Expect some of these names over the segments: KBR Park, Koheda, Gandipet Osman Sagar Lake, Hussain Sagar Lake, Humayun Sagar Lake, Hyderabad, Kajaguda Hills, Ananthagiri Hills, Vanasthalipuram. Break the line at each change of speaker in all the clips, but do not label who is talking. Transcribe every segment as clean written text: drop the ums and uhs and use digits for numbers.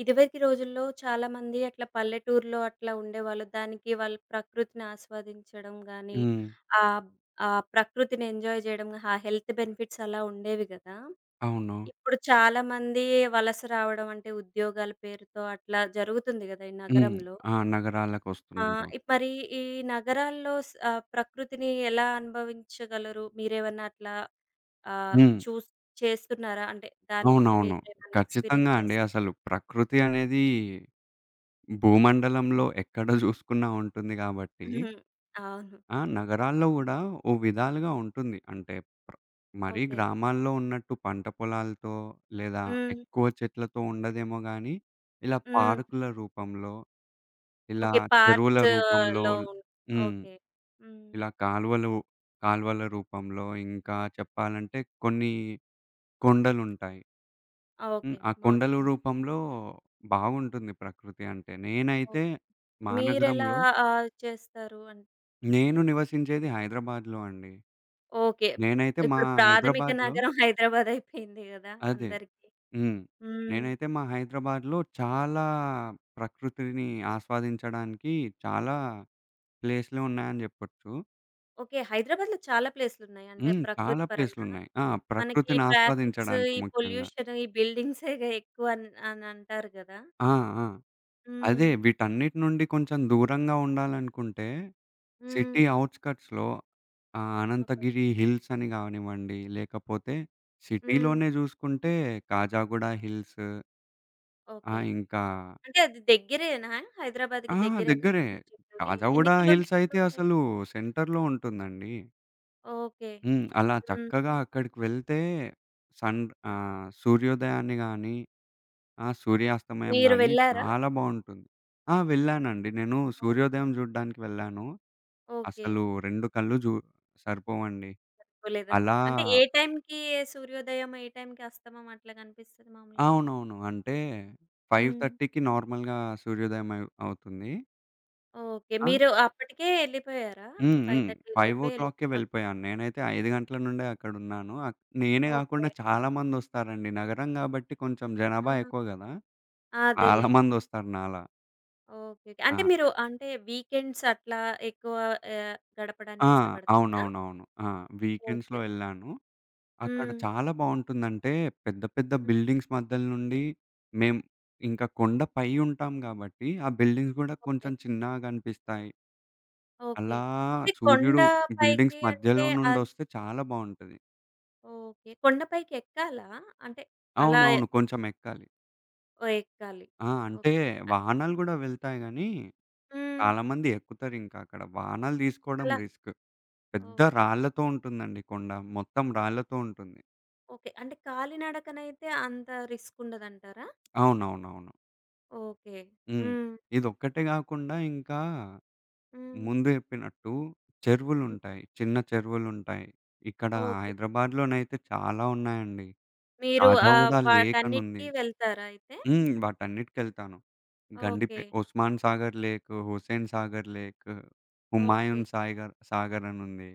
ఇదివరకి రోజుల్లో చాలామంది అట్లా పల్లెటూరులో అట్లా ఉండేవాళ్ళు. దానికి వాళ్ళు ప్రకృతిని ఆస్వాదించడం గానీ,
హ్మ్.
ఆహ్, ఆ ప్రకృతిని ఎంజాయ్ చేయడం, ఆ హెల్త్ బెనిఫిట్స్ అలా ఉండేవి గదా!
అవును.
ఇప్పుడు చాలామంది వలస రావడం అంటే ఉద్యోగాల పేరుతో అట్లా జరుగుతుంది గదా! ఈ
హ్మ్.
నగరంలో.
ఆ!
ఆ!
నగరాలకొస్తున్నారు.
మరి ఈ నగరాల్లో ప్రకృతిని ఎలా అనుభవించగలరు? మీరేమన్నా అట్లా ఆహ్,
హ్మ్.
చూస్ చేస్తున్నారా? అంటే దాన్ని
అవునవును.
మీరేమన్నా ఎక్స్‌పీరియన్స్
ఖచ్చితంగా అండి.
చేస్
అసలు ప్రకృతి అనేది భూమండలంలో ఎక్కడ జూసుకున్నా ఉంటుంది గాబట్టి,
హుహు. అవును.
ఆ! నగరాల్లో గూడా ఓ విధాలుగా ఉంటుంది. అంటే ప్ర మరీ
ఓకే.
గ్రామాల్లో ఉన్నట్టు పంట పొలాలతో లేదా
హ్మ్.
ఎక్కువ చెట్లతో ఉండదేమో గానీ, ఇలా
హ్మ్.
పార్కుల రూపంలో, ఇలా
ఓకే.
చెరువుల రూపంలో
పార్క్స్‌లో.
హ్మ్.
ఓకే. హ్మ్.
ఇలా కాలువలు కాలువల రూపంలో, ఇంకా చెప్పాలంటే కొన్ని కొండలుంటాయి.
ఆ!
హ్మ్.
ఓకే.
ఆ కొండల
మౌంటైన్స్.
రూపంలో బాగుంటుంది ప్రకృతి అంటే.
ఓకే.
నేనైతే మా
మీరెలా
నగరంలో
చేస్తారు అంటే
నేను నివసించేది హైదరాబాద్‌లో అండి.
ఓకే.
నేనైతే మా
ఇప్పుడు ప్రాథమిక
హైదరాబాద్‌లో
నగరం హైదరాబాద్ అయిపోయింది గదా
అదే.
అందరికి!
హ్మ్.
హ్మ్.
నేనైతే మా హైదరాబాద్‌లో చాలా ప్రకృతిని ఆస్వాదించడానికి చాలా ప్లేస్‌లు ఉన్నాయని జెప్పొచ్చు.
ఓకే. హైదరాబాద్‌లో చాలా ప్లేస్‌లున్నాయి. అంటే
హ్మ్.
ప్రకృతి
చాలా
పరంగా.
ప్లేస్‌లున్నాయి. ఆ!
మనకి
ప్రకృతిని
ట్రాఫిక్స్,
ఆస్వాదించడానికి
ఈ
ముఖ్యంగా.
పొల్యూషన్, ఈ బిల్డింగ్సేగా ఎక్కువ అని అంటారు గదా!
ఆ! ఆ! అదే.
హ్మ్.
వీటన్నిటి నుండి కొంచెం దూరంగా ఉండాలనుకుంటే,
హ్మ్.
సిటీ ఔట్‌స్కట్స్‌లో
ఓకే.
అనంతగిరి హిల్స్ అని గానివ్వండి, లేకపోతే
హ్మ్.
సిటీలోనే జూసుకుంటే కాజాగూడ హిల్స్
ఓకే.
ఇంకా
అంటే అది దగ్గరేనా? హైదరాబాద్‌కి
ఆ!
దగ్గరేనా
దగ్గరే.
ఇప్పుడు మీరు చెప్పేవి?
కాజాగూడ
ఎన్ని
హిల్స్
కిలోమీటర్లు
అయితే
ఉంటాయి?
అసలు సెంటర్‌లో ఉంటుందండి.
ఓకే.
హ్మ్. అలా
హ్మ్.
చక్కగా అక్కడికి వెళ్తే సన్
హ్మ్.
సూర్యోదయాన్ని గానీ, ఆ సూర్యాస్తమయం
మీరు
గానీ
వెళ్లారా?
చాలా బావుంటుంది. ఆ! వెళ్ళానండి. నేను
ఓకే.
సూర్యోదయం జూడ్డానికి వెళ్ళాను.
ఓకే.
అసలు 2 కళ్ళు సరిపోవండి.
పోలేదా?
అలా
అంటే ఏ టైంకి సూర్యోదయం, ఏ టైంకి అస్తమయం అట్లా కనిపిస్తది మామూలుగా?
అవునవును. అంటే
హ్మ్.
5:30కి నార్మల్‌గా సూర్యోదయం అవుతుంది.
ఓకే.
ఆ!
మీరు అప్పటికే ఎళ్ళిపోయారా? అప్పుడు
హ్మ్. హ్మ్.
5:30 లోపే ఎళ్ళి
5:00కే
అక్
వెళ్ళిపోయాను. నేనైతే 5 గంటల నుండే అక్కడున్నాను. నేనే గాకుండా
ఓకే.
చాలా మందొస్తారండి. నగరం గాబట్టి కొంచెం జనాభా
ఆ!
ఎక్కువ గదా! చాలా
అదేలే.
మందొస్తారు నాలా.
ఓకే.
ఆ!
అంటే మీరు అంటే వీకెండ్స్ అట్లా ఎక్కువ
ఆ!
గడపడానికి ఇష్టపడతారా?
అవునవునవును. ఆ! వీకెండ్స్‌లో
ఓకే. ఓకే.
వెళ్ళాను. అక్కడ
హ్మ్.
చాలా బావుంటుందంటే, పెద్ద పెద్ద
హ్మ్.
బిల్డింగ్స్ మధ్యల నుండి మేము ఇంకా కొండ పై ఉంటాం గాబట్టి, ఆ బిల్డింగ్స్ గూడా
ఓకే.
కొంచెం చిన్నగా గనిపిస్తాయి.
ఓకే.
అలా
అంటే కొండ
సూర్యుడు బిల్డింగ్స్
పైకి అంటే
మధ్యలో
ఆహ్,
నుండొస్తే చాలా బావుంటది.
ఓకే. కొండ పైకి ఎక్కాలా? అంటే అలా
అవునవును. కొంచెం ఎక్కాలి.
ఓ ఎక్కాలి.
ఆ! అంటే
ఓకే.
వాహనాలు గూడా వెళ్తాయి గానీ,
హ్మ్.
చాలామంది ఎక్కుతారింకా అక్కడ. వాహనాలు తీసుకోవడం
అలా
రిస్క్. పెద్ద
ఓకే.
రాళ్ళతో ఉంటుందండి కొండ. మొత్తం రాళ్ళతో ఉంటుంది.
ఓకే. అంటే కాలినడకనైతే అంత రిస్క్ ఉండదంటారా?
అవునవునవును.
ఓకే.
హ్మ్.
హ్మ్.
ఇదొక్కటే గాకుండా ఇంకా
హ్మ్.
ముందు చెప్పినట్టు
హ్మ్.
చెరువులుంటాయి. చిన్న చెరువులుంటాయి. ఇక్కడ
ఓకే.
హైదరాబాద్‌లోనైతే చాలా ఉన్నాయండి.
మీరు
కాజాగూడ లేక్ అనుంది.
వాటన్నిటికి వెళ్తారా అయితే?
హ్మ్. వాటన్నిటికెళ్తాను.
Okay.
Gandipet Osman Sagar lake, Hussain Sagar lake,
okay.
Humayun సాయిగర్ సాగర్ అనుంది.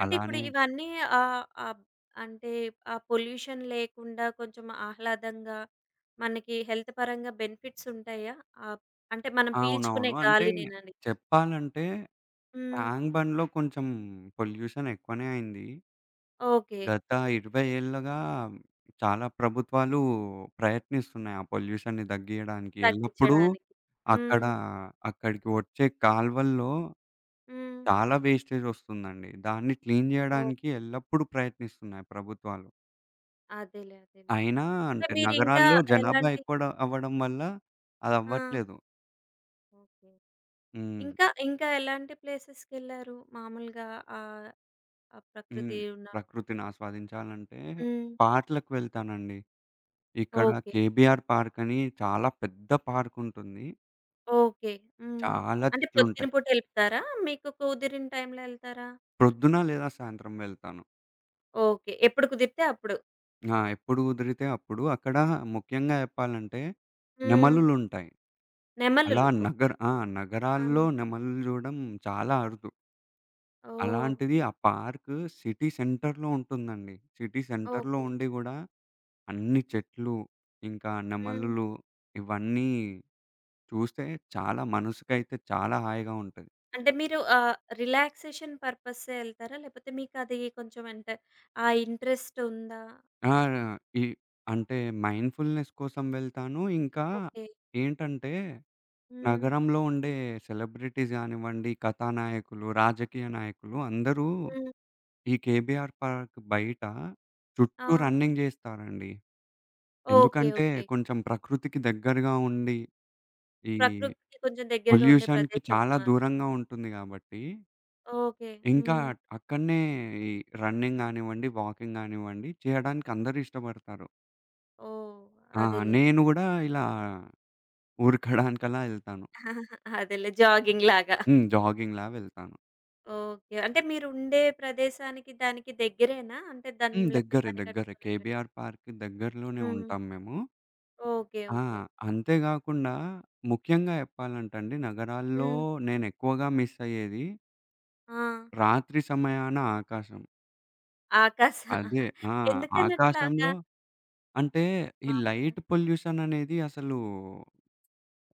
అంటే ఇప్పుడు
అలానే
ఇవన్నీ ఆహ్, ఆహ్, అంటే ఆ పొల్యూషన్ లేకుండా కొంచెం ఆహ్లాదంగా మనకి హెల్త్ పరంగా బెనిఫిట్స్ ఉంటాయా? ఆహ్, అంటే మనం
అవునవును.
పీల్చుకునే
అంటే
గాలినేనని.
చెప్పాలంటే
హ్మ్.
ట్యాంక్ బండ్‌లో కొంచెం పొల్యూషన్ ఎక్కువనే అయింది.
ఓకే.
గత 20 ఏళ్లుగా చాలా ప్రభుత్వాలు ప్రయత్నిస్తున్నాయి ఆ పొల్యూషన్‌ని తగ్గియడానికి. ఎల్లప్పుడూ
తగ్గించడానికి.
అక్కడ
హ్మ్.
అక్కడికి వచ్చే కాలువల్లో
హ్మ్.
చాలా వేస్టేజ్ వస్తుందండి. దాన్ని క్లీన్ జేయడానికి
ఓకే.
ఎల్లప్పుడూ ప్రయత్నిస్తున్నాయి ప్రభుత్వాలు.
అదేలే. అదేలే.
అయినా
అంటే
అంటే
మీరింకా
నగరాల్లో జనాభా
ఎలాంటి
ఎక్కువడ అవ్వడం వల్ల
ఆ!
అదవ్వట్లేదు.
ఓకే.
హ్మ్.
ఇంకా, ఇంకా ఎలాంటి ప్లేసెస్‌కెళ్లారు మామూలుగా ఆహ్, ఆ
హ్మ్.
ప్రకృతి ఉన్న
ప్రకృతిని ఆస్వాదించాలంటే
హ్మ్.
పార్క్‌లకు వెళ్తానండి. ఇక్కడ
ఓకే.
కేబీఆర్ పార్క్ అని చాలా పెద్ద పార్కుంటుంది.
ఓకే. హ్మ్.
చాలా
అంటే పొద్దున
తిట్లుంటాయి.
పూట ఎళ్తారా? మీకు కుదిరిన టైంలో ఎళ్తారా?
ప్రొద్దున లేదా సాయంత్రం వెళ్తాను.
ఓకే. ఎప్పుడు కుదిరితే అప్పుడు.
ఆ! ఎప్పుడు కుదిరితే అప్పుడు. అక్కడ ముఖ్యంగా చెప్పాలంటే
హ్మ్.
నెమలులుంటాయి. అలా
నెమలులు.
నగర
ఓకే.
ఆ!
ఓకే.
నగరాల్లో
ఆ!
నెమళ్ళు చూడడం చాలా అరుదు.
ఓహ్!
అలాంటిది ఆ పార్క్ సిటీ సెంటర్‌లో ఉంటుందండి. సిటీ సెంటర్‌లో
ఓకే.
ఉండి గూడా అన్ని చెట్లు, ఇంకా
హ్మ్.
నెమలులు ఇవన్నీ చూస్తే చాలా మనసుకైతే చాలా హాయిగా ఉంటది.
అంటే మీరు రిలాక్సేషన్ పర్పస్సే ఎళ్తారా? లేపోతే మీకది కొంచెం అంటే ఆ ఇంట్రెస్ట్ ఉందా?
ఆ! ఈ అంటే మైండ్‌ఫుల్‌నెస్ కోసం వెళ్తాను. ఇంకా
ఓకే.
ఏంటంటే,
హ్మ్.
నగరంలో ఉండే సెలబ్రిటీస్ గానివ్వండి, కథానాయకులు, రాజకీయ నాయకులు అందరూ
హ్మ్.
ఈ కేబీఆర్ పార్క్ బయట
ఆ!
చుట్టూ రన్నింగ్ జేస్తారండి.
ఓకే.
ఎందుకంటే,
ఓకే.
కొంచెం ప్రకృతికి దగ్గరగా ఉండి, ఈ
ప్రకృతికి కొంచెం దగ్గరగా ఉండే
పొల్యూషన్‌కి చాలా
ప్రదేశమా?
దూరంగా ఉంటుంది గాబట్టి,
ఓకే.
ఇంకా
హ్మ్.
అక్కడనే ఈ రన్నింగ్ గానివ్వండి, వాకింగ్ గానివ్వండి చేయడానికి అందరూ ఇష్టపడతారు.
ఓహ్!
ఆ!
అదేలెండి.
నేను గూడా ఇలా ఉరకడానికలా ఎళ్తాను.
అదేలే జాగింగ్‌లాగా.
హ్మ్. జాగింగ్‌లా వెళ్తాను.
ఓకే. అంటే మీరుండే ప్రదేశానికి దానికి దగ్గరేనా? అంటే
హ్మ్.
దాన్ని లేకపోతే
దగ్గరే, దగ్గరే.
పరిగెట్టుకొని వెళ్ళడం.
కేబీఆర్ పార్క్ దగ్గరలోనే
హ్మ్.
ఉంటాం మేము.
ఓకే.
ఆ!
ఓకే.
అంతే గాకుండా ముఖ్యంగా చెప్పాలంటే అండి నగరాల్లో
హ్మ్.
నేనెక్కువగా మిస్ అయ్యేది
ఆ!
రాత్రి సమయాన ఆకాశం.
ఆకాశం.
అదే ఆ!
ఎందుకనట్లాగా
ఆకాశంలో అంటే ఈ
మామూలుగా?
లైట్ పొల్యూషన్ అనేది అసలు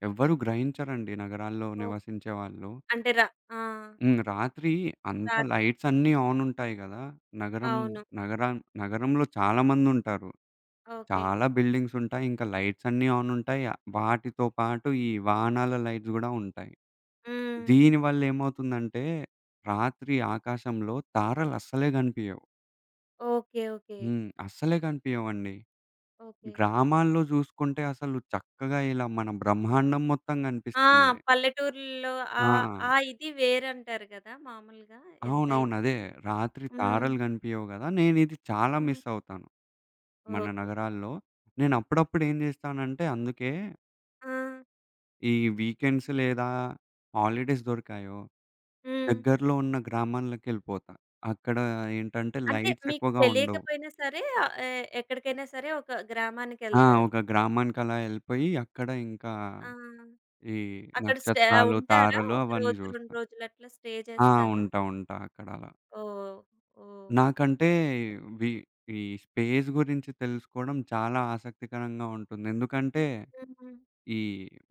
ఎవ్వరు గ్రహించరండి నగరాల్లో
ఓహ్!
నివసించే వాళ్ళు.
అంటే రా ఆ!
హ్మ్. రాత్రి అంతా
రాత్రి.
లైట్సన్నీ ఆన్ ఉంటాయి గదా! నగరం
అవును.
నగరా నగరంలో చాలా మందుంటారు.
ఓకే.
చాలా బిల్డింగ్సుంటాయి. ఇంకా లైట్సన్నీ ఆన్ ఉంటాయి. వాటితో పాటు ఈ వాహనాల లైట్స్ గూడా ఉంటాయి.
హ్మ్.
దీని వల్లేమవుతుందంటే రాత్రి ఆకాశంలో తారలు అస్సలే గనిపియవు.
ఓకే. ఓకే.
హ్మ్. అస్సలే కనిపియవండి.
ఓకే.
గ్రామాల్లో జూసుకుంటే అసలు చక్కగా ఇలా మన బ్రహ్మాండం మొత్తం
ఆ!
గనిపిస్తుంది.
పల్లెటూర్లలో ఆ
ఆ!
ఆ ఇది వేరంటారు గదా మామూలుగా
అవునవును.
ఎంతైనా!
అదే. రాత్రి
హ్మ్.
తారలు గనిపియవు గదా! నేనిది చాలా
హ్మ్.
మిస్ అవుతాను. మన
ఓకే.
నగరాల్లో. నేనప్పుడప్పుడు ఏం జేస్తానంటే, అందుకే
ఆ!
ఈ వీకెండ్స్ లేదా హాలిడేస్ దొరికాయో,
హ్మ్.
దగ్గరలో ఉన్న గ్రామాలకెళ్ళిపోతా. అక్కడ ఏంటంటే,
అంటే
లైట్స్
మీకు
ఎక్కువగా ఉండవు.
తెలియకపోయినా సరే ఎక్కడికైనా సరే ఒక
ఆ!
గ్రామానికెళ్తారు.
ఒక గ్రామానికలా యెళ్ళిపోయి, అక్కడ ఇంకా
ఆ!
ఈ
అక్కడ స్టే
నక్షత్రాలు,
ఉంటారా?
తారలు
ఒక
అవన్నీ
రోజు,
జూస్తా.
2 రోజులు అట్లా స్టే
ఆ!
చేస్తారా?
ఉంటా. ఉంటా అక్కడ అలా.
ఓహ్! ఓహ్!
నాకంటే వి ఈ స్పేస్ గురించి తెలుసుకోవడం చాలా ఆసక్తికరంగా ఉంటుంది. ఎందుకంటే,
హుహు.
ఈ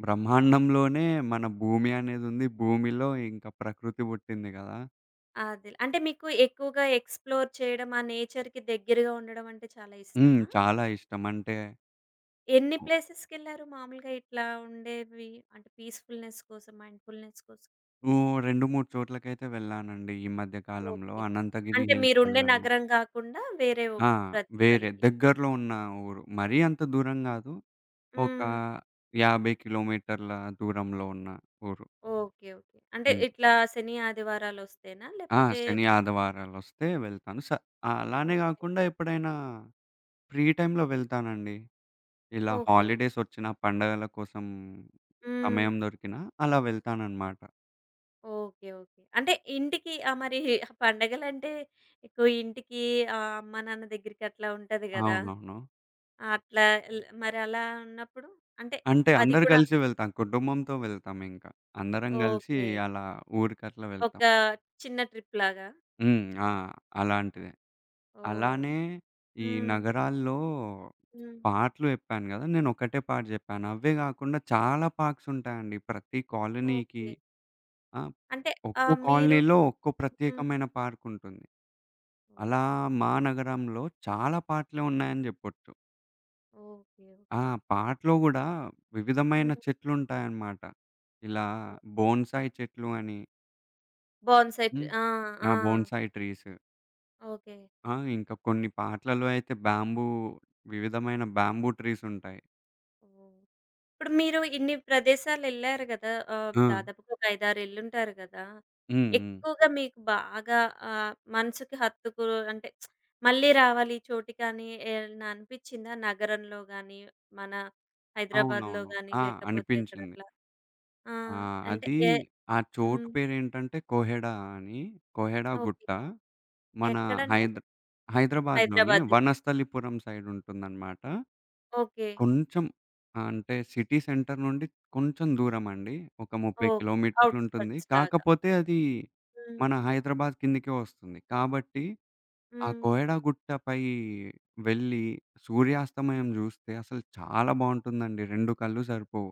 బ్రహ్మాండంలోనే మన భూమి అనేదుంది. భూమిలో ఇంకా ప్రకృతి పుట్టింది గదా!
అదే. అంటే మీకు ఎక్కువగా ఎక్స్‌ప్లోర్ చేయడం, ఆ నేచర్‌కి దగ్గరగా ఉండడం అంటే చాలా
హ్మ్.
ఇష్టమా?
చాలా ఇష్టం. అంటే
ఎన్ని
ఓ
ప్లేసెస్‌కెళ్లారు మామూలుగా ఇట్లా ఉండేవి? అంటే పీస్‌ఫుల్‌నెస్ కోసం, మైండ్‌ఫుల్‌నెస్ కోసం.
2, 3 చోట్లకైతే వెళ్ళానండి ఈ మధ్య కాలంలో.
ఓకే.
అనంతగిరి
అంటే
హిల్స్
మీరుండే
వెళ్ళాను.
నగరం కాకుండా వేరే ఓ
ఆ! వేరే
ప్రదేశాలకి.
దగ్గరలో ఉన్న ఊరు. మరీ అంత దూరం గాదు. ఒక
హ్మ్.
50 కిలోమీటర్ల దూరంలో ఉన్న ఊరు.
ఓకే. ఓకే. అంటే
హ్మ్.
ఇట్లా శని, ఆదివారాలొస్తేనా?
ఆ!
లేపోతే
శని, ఆదివారాలొస్తే వెళ్తాను. అలానే
ఓకే.
గాకుండా ఎప్పుడైనా ఫ్రీ టైమ్‌లో వెళ్తానండి. ఇలా
ఓకే.
హాలిడేసొచ్చినా, పండగల కోసం
హ్మ్.
సమయం దొరికినా అలా వెళ్తాననమాట.
ఓకే. ఓకే. అంటే ఇంటికి మరి పండగలంటే ఎక్కువ ఇంటికి అమ్మ, నాన్న దగ్గరికి అట్లా ఉంటది గదా!
అవునవును.
అట్లా మరి అలా ఉన్నప్పుడు? అంటే
అంటే
అది
అందరు
కూడా
కలిసి వెళ్తాం. కుటుంబంతో వెళ్తామింక. అందరం గలిసి
ఓకే.
అలా ఊరికట్లా
ఒక
వెళ్తాం.
చిన్న ట్రిప్‌లాగా?
హ్మ్. ఆ! అలాంటిదే.
ఓహ్!
అలానే ఈ
హ్మ్.
నగరాల్లో
హ్మ్.
పాటలు జెప్పాను గదా! నేనొకటే పాట జెప్పాను. అవే గాకుండా చాలా పార్క్సుంటాయండి. ప్రతి కాలనీకి
ఓకే.
ఆ!
అంటే
ఒక్కో
మీరు
కాలనీలో ఒక్కో
హ్మ్.
ప్రత్యేకమైన పార్కుంటుంది. అలా
ఓహ్!
మా నగరంలో చాలా పార్క్‌లే ఉన్నాయని జెప్పొచ్చు.
ఓకే.
ఆ!
ఓకే.
పార్క్‌లో గూడా వివిధమైన
హ్మ్.
చెట్లుంటాయన్నమాట. ఇలా
ఓకే.
బోన్సాయి చెట్లు అని
బోన్‌సై ట్రీ.
హ్మ్.
ఆ!
ఆ!
ఆ!
Bonsai trees.
ఓకే.
ఆ! ఇంకా కొన్ని పార్క్‌లలో అయితే బ్యాంబూ వివిధమైన బ్యాంబూ ట్రీసుంటాయి.
ఓహ్! ఇప్పుడు మీరు ఇన్ని ప్రదేశాలెళ్లారు గదా!
ఆ!
దాదాపుగా ఒక 5, 6 ఎళ్ళుంటారు గదా!
హ్మ్. హ్మ్.
ఎక్కువగా మీకు బాగా మనసుకి హత్తుకు అంటే మళ్ళీ రావాలి ఈ చోటికి అని ఏమన్నా అనిపిచ్చిందా? నగరంలో గాని, మన హైదరాబాద్‌లో
అవునవును.
గాని
ఆ!
లేకపోతే
అనిపించింది.
ఎక్కడట్లా? ఆ!
ఆ!
అంటే
అది
ఏ
ఆ చోటు
హ్మ్.
పేరేంటంటే, కోహెడా అని. కోహెడా
ఓకే.
గుట్ట. మన
ఎక్కడంటే?
హైద్ హైదరాబాద్‌లోనే
హైదరాబాద్ దగ్గర.
వనస్థలిపురం సైడ్ ఉంటుందనమాట.
ఓకే.
కొంచెం అంటే సిటీ సెంటర్ నుండి కొంచెం దూరమండి. ఒక 30
ఓకే.
కిలోమీటర్లు ఉంటుంది.
ఔట్‌స్కట్స్ లాగా.
కాకపోతే అది
హ్మ్.
మన హైదరాబాద్ కిందకే వస్తుంది. కాబట్టి ఆ
హ్మ్.
కోయడా గుట్టపై వెళ్ళి సూర్యాస్తమయం జూస్తే అసలు చాలా బావుంటుందండి. 2 కళ్ళు సరిపోవు.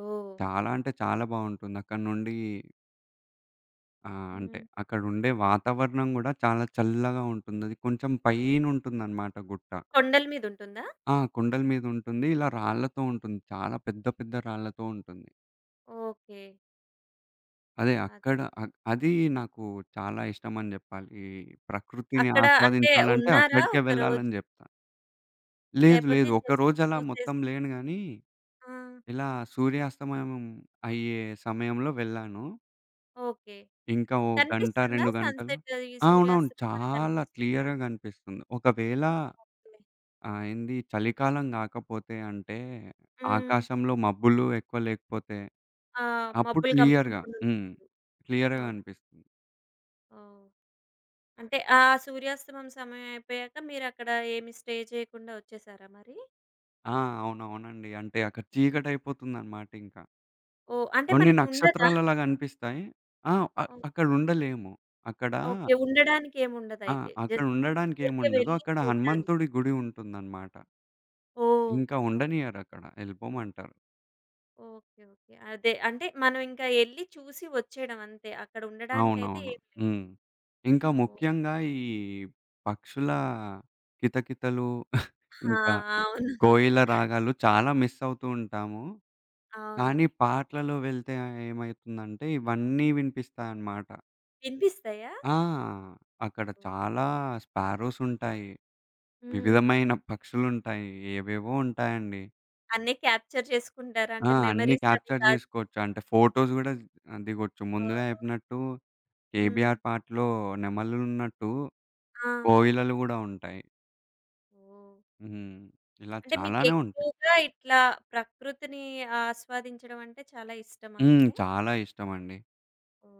ఓహ్!
చాలా అంటే చాలా బావుంటుంది. అక్కడి నుండి ఆ! అంటే
హ్మ్.
అక్కడుండే వాతావరణం గూడా చాలా చల్లగా ఉంటుందది. కొంచెం పైనుంటుందనమాట గుట్ట.
కొండల మీదుంటుందా?
ఆ! కొండల మీదుంటుంది. ఇలా రాళ్ళతో ఉంటుంది. చాలా పెద్ద పెద్ద రాళ్ళతో ఉంటుంది.
ఓకే.
అదే
అదే.
అక్కడ అది నాకు చాలా ఇష్టమని జెప్పాలి. ఈ ప్రకృతిని
అక్కడ అంటే
ఆస్వాదించాలంటే
ఉన్నారా
అక్కడికే
ఒకరోజు?
వెళ్ళాలని జెప్తా. లేదు
లేపోతే
లేదు.
జస్ట్
ఒకరోజు అలా మొత్తం
చూసేసి
లేను గానీ,
ఆ!
ఇలా సూర్యాస్తమయం అయ్యే సమయంలో వెళ్ళాను.
ఓకే.
ఇంకా ఓ గంట,
కనిపిస్తుందా
2 గంటలు
సన్‌సెట్ ఈ
అవునవును.
సూర్యాస్తమయం అది
చాలా
కనిపిస్తుందా?
క్లియర్‌గా గనిపిస్తుంది. ఒకవేళ
ఓకే.
ఆ! ఏంది చలికాలం గాకపోతే అంటే,
హ్మ్.
ఆకాశంలో మబ్బులు ఎక్కువ లేకపోతే,
ఆ!
అప్పుడు
మబ్బులు
క్లియర్‌గా
కమ్ముకోకుండా
హ్మ్.
ఉన్నప్పుడు.
క్లియర్‌గా
ఓకే.
కనిపిస్తుంది.
ఓహ్! అంటే ఆ సూర్యాస్తమయం సమయం అయిపోయాక మీరక్కడ ఏమి స్టే చేయకుండా వచ్చేసారా మరి?
ఆ! అవునవునండి. అంటే అక్కడ చీకటయిపోతుందనమాట ఇంకా.
ఓహ్! అంటే
కొన్ని
మనకి ఉండదా?
నక్షత్రాలలా కనిపిస్తాయి. ఆ!
ఓకే.
అక్కడుండలేము. అక్కడ
ఓకే. ఉండడానికి
ఆ!
ఏముండదయితే.
అక్కడ
జస్ట్ ఊరికే
ఉండడానికేముండదు.
వెళ్లి
అక్కడ
చూడ్డానికి.
హనుమంతుడి గుడి ఉంటుందనమాట.
ఓహ్!
ఇంకా
ఓకే.
ఉండనియ్యరక్కడ. యెళ్ళిపోమంటారు.
ఓకే. ఓకే. అదే. అంటే మనం ఇంకా ఎళ్లి చూసి వచ్చేయడం అంతే. అక్కడ ఉండడానికైతే
అవునవును.
ఏం లేదు.
హ్మ్. ఇంకా
ఓహ్!
ముఖ్యంగా ఈ పక్షుల కితకితలు
ఆ!
ఇంకా
అవును.
కోయిల రాగాలు చాలా మిస్ అవుతూ ఉంటాము.
అవును.
కానీ పాటలలో వెళ్తే ఏమైతుందంటే ఇవన్నీ వినిపిస్తాయన్నమాట.
వినిపిస్తాయా?
ఆ! అక్కడ
హ్మ్.
చాలా స్పారోస్ ఉంటాయి.
హ్మ్.
వివిధమైన పక్షులుంటాయి. ఏవేవో ఉంటాయండి.
అన్నీ క్యాప్చర్ చేసుకుంటారా?
ఆ!
అంటే
అన్నీ
మెమరీస్ అవి
క్యాప్చర్
దాంట్లో
జేసుకోవచ్చు. అంటే ఫోటోస్ గూడా దిగొచ్చు. ముందుగా చెప్పినట్టు
హ్మ్.
'కేబీఆర్' పాటలో నెమలులున్నట్టు
ఆ!
కోయిలలు గూడా ఉంటాయి.
ఓహ్!
హ్మ్. ఇలా
అంటే
చాలానే ఉంటాయి.
మీకెక్కువగా ఇట్లా ప్రకృతిని ఆస్వాదించడం అంటే చాలా ఇష్టమా
హ్మ్.
అయితే?
చాలా ఇష్టమండి.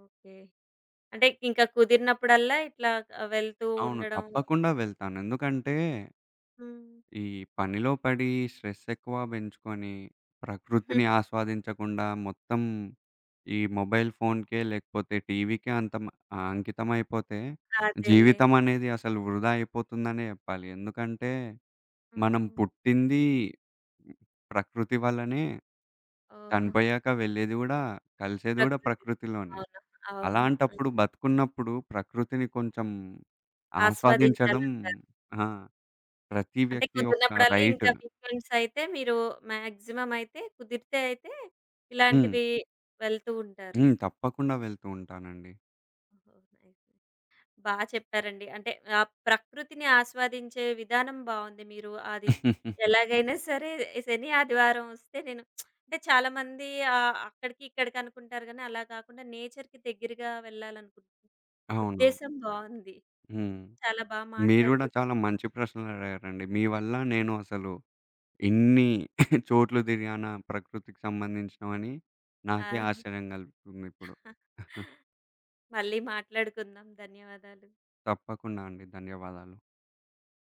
ఓకే. అంటే ఇంకా కుదిరినప్పుడల్లా ఇట్లా వెళ్తూ
అవును.
ఉండడం
తప్పకుండా వెళ్తాను. ఎందుకంటే,
హ్మ్.
ఈ పనిలో పడి స్ట్రెస్ ఎక్కువ పెంచుకొని, ప్రకృతిని ఆస్వాదించకుండా మొత్తం ఈ మొబైల్ ఫోన్‌కే లేకపోతే టీవీకే అంతం అంకితమైపోతే
అదేలే.
జీవితం అనేది అసలు వృధా అయిపోతుందనే జెప్పాలి. ఎందుకంటే, మనం
హ్మ్.
పుట్టింది ప్రకృతి వల్లనే.
ఓహో!
చనిపోయాక వెళ్ళేది గూడా కలిసేది గూడా
ప్రకృతి.
ప్రకృతిలోనే.
అవును. అవును. హ్మ్.
అలాంటప్పుడు బతుకున్నప్పుడు ప్రకృతిని కొంచెం ఆస్వాదించడం
ఆస్వాదించాలంటారు.
ఆ! ప్రతి
అంటే
వ్యక్తి యొక్క
కుదిరినప్పుడల్లా
రైట్.
ఇంకా వీకెండ్స్ అయితే మీరు మాక్సిమం అయితే కుదిరితే అయితే
హ్మ్.
ఇలాంటివి వెళ్తూ ఉంటారు.
హ్మ్. తప్పకుండా వెళ్తూ ఉంటానండి.
ఓహో! నైస్. బా చెప్పారండి. అంటే ఆ ప్రకృతిని ఆస్వాదించే విధానం బావుంది. మీరు అది ఎలాగైనా సరే శని, ఆదివారం వస్తే నేను అంటే చాలామంది అక్కడికి ఇక్కడికి అనుకుంటారు గానీ అలా కాకుండా నేచర్‌కి దగ్గరగా వెళ్ళాలనుకున్న
అవునవును.
ఉద్దేశ్యం బావుంది.
హ్మ్.
చాలా బా
మీరు గూడా
మాట్లాడుకు
చాలా మంచి ప్రశ్నలడిగారండి. మీ వల్ల నేను అసలు ఇన్ని చోట్లు తిరిగానా ప్రకృతికి సంబంధించినవని నాకే
ఆ!
ఆశ్చర్యం గలుగుతుందిప్పుడు.
మళ్ళీ మాట్లాడుకుందాం. ధన్యవాదాలు.
తప్పకుండా అండి. ధన్యవాదాలు.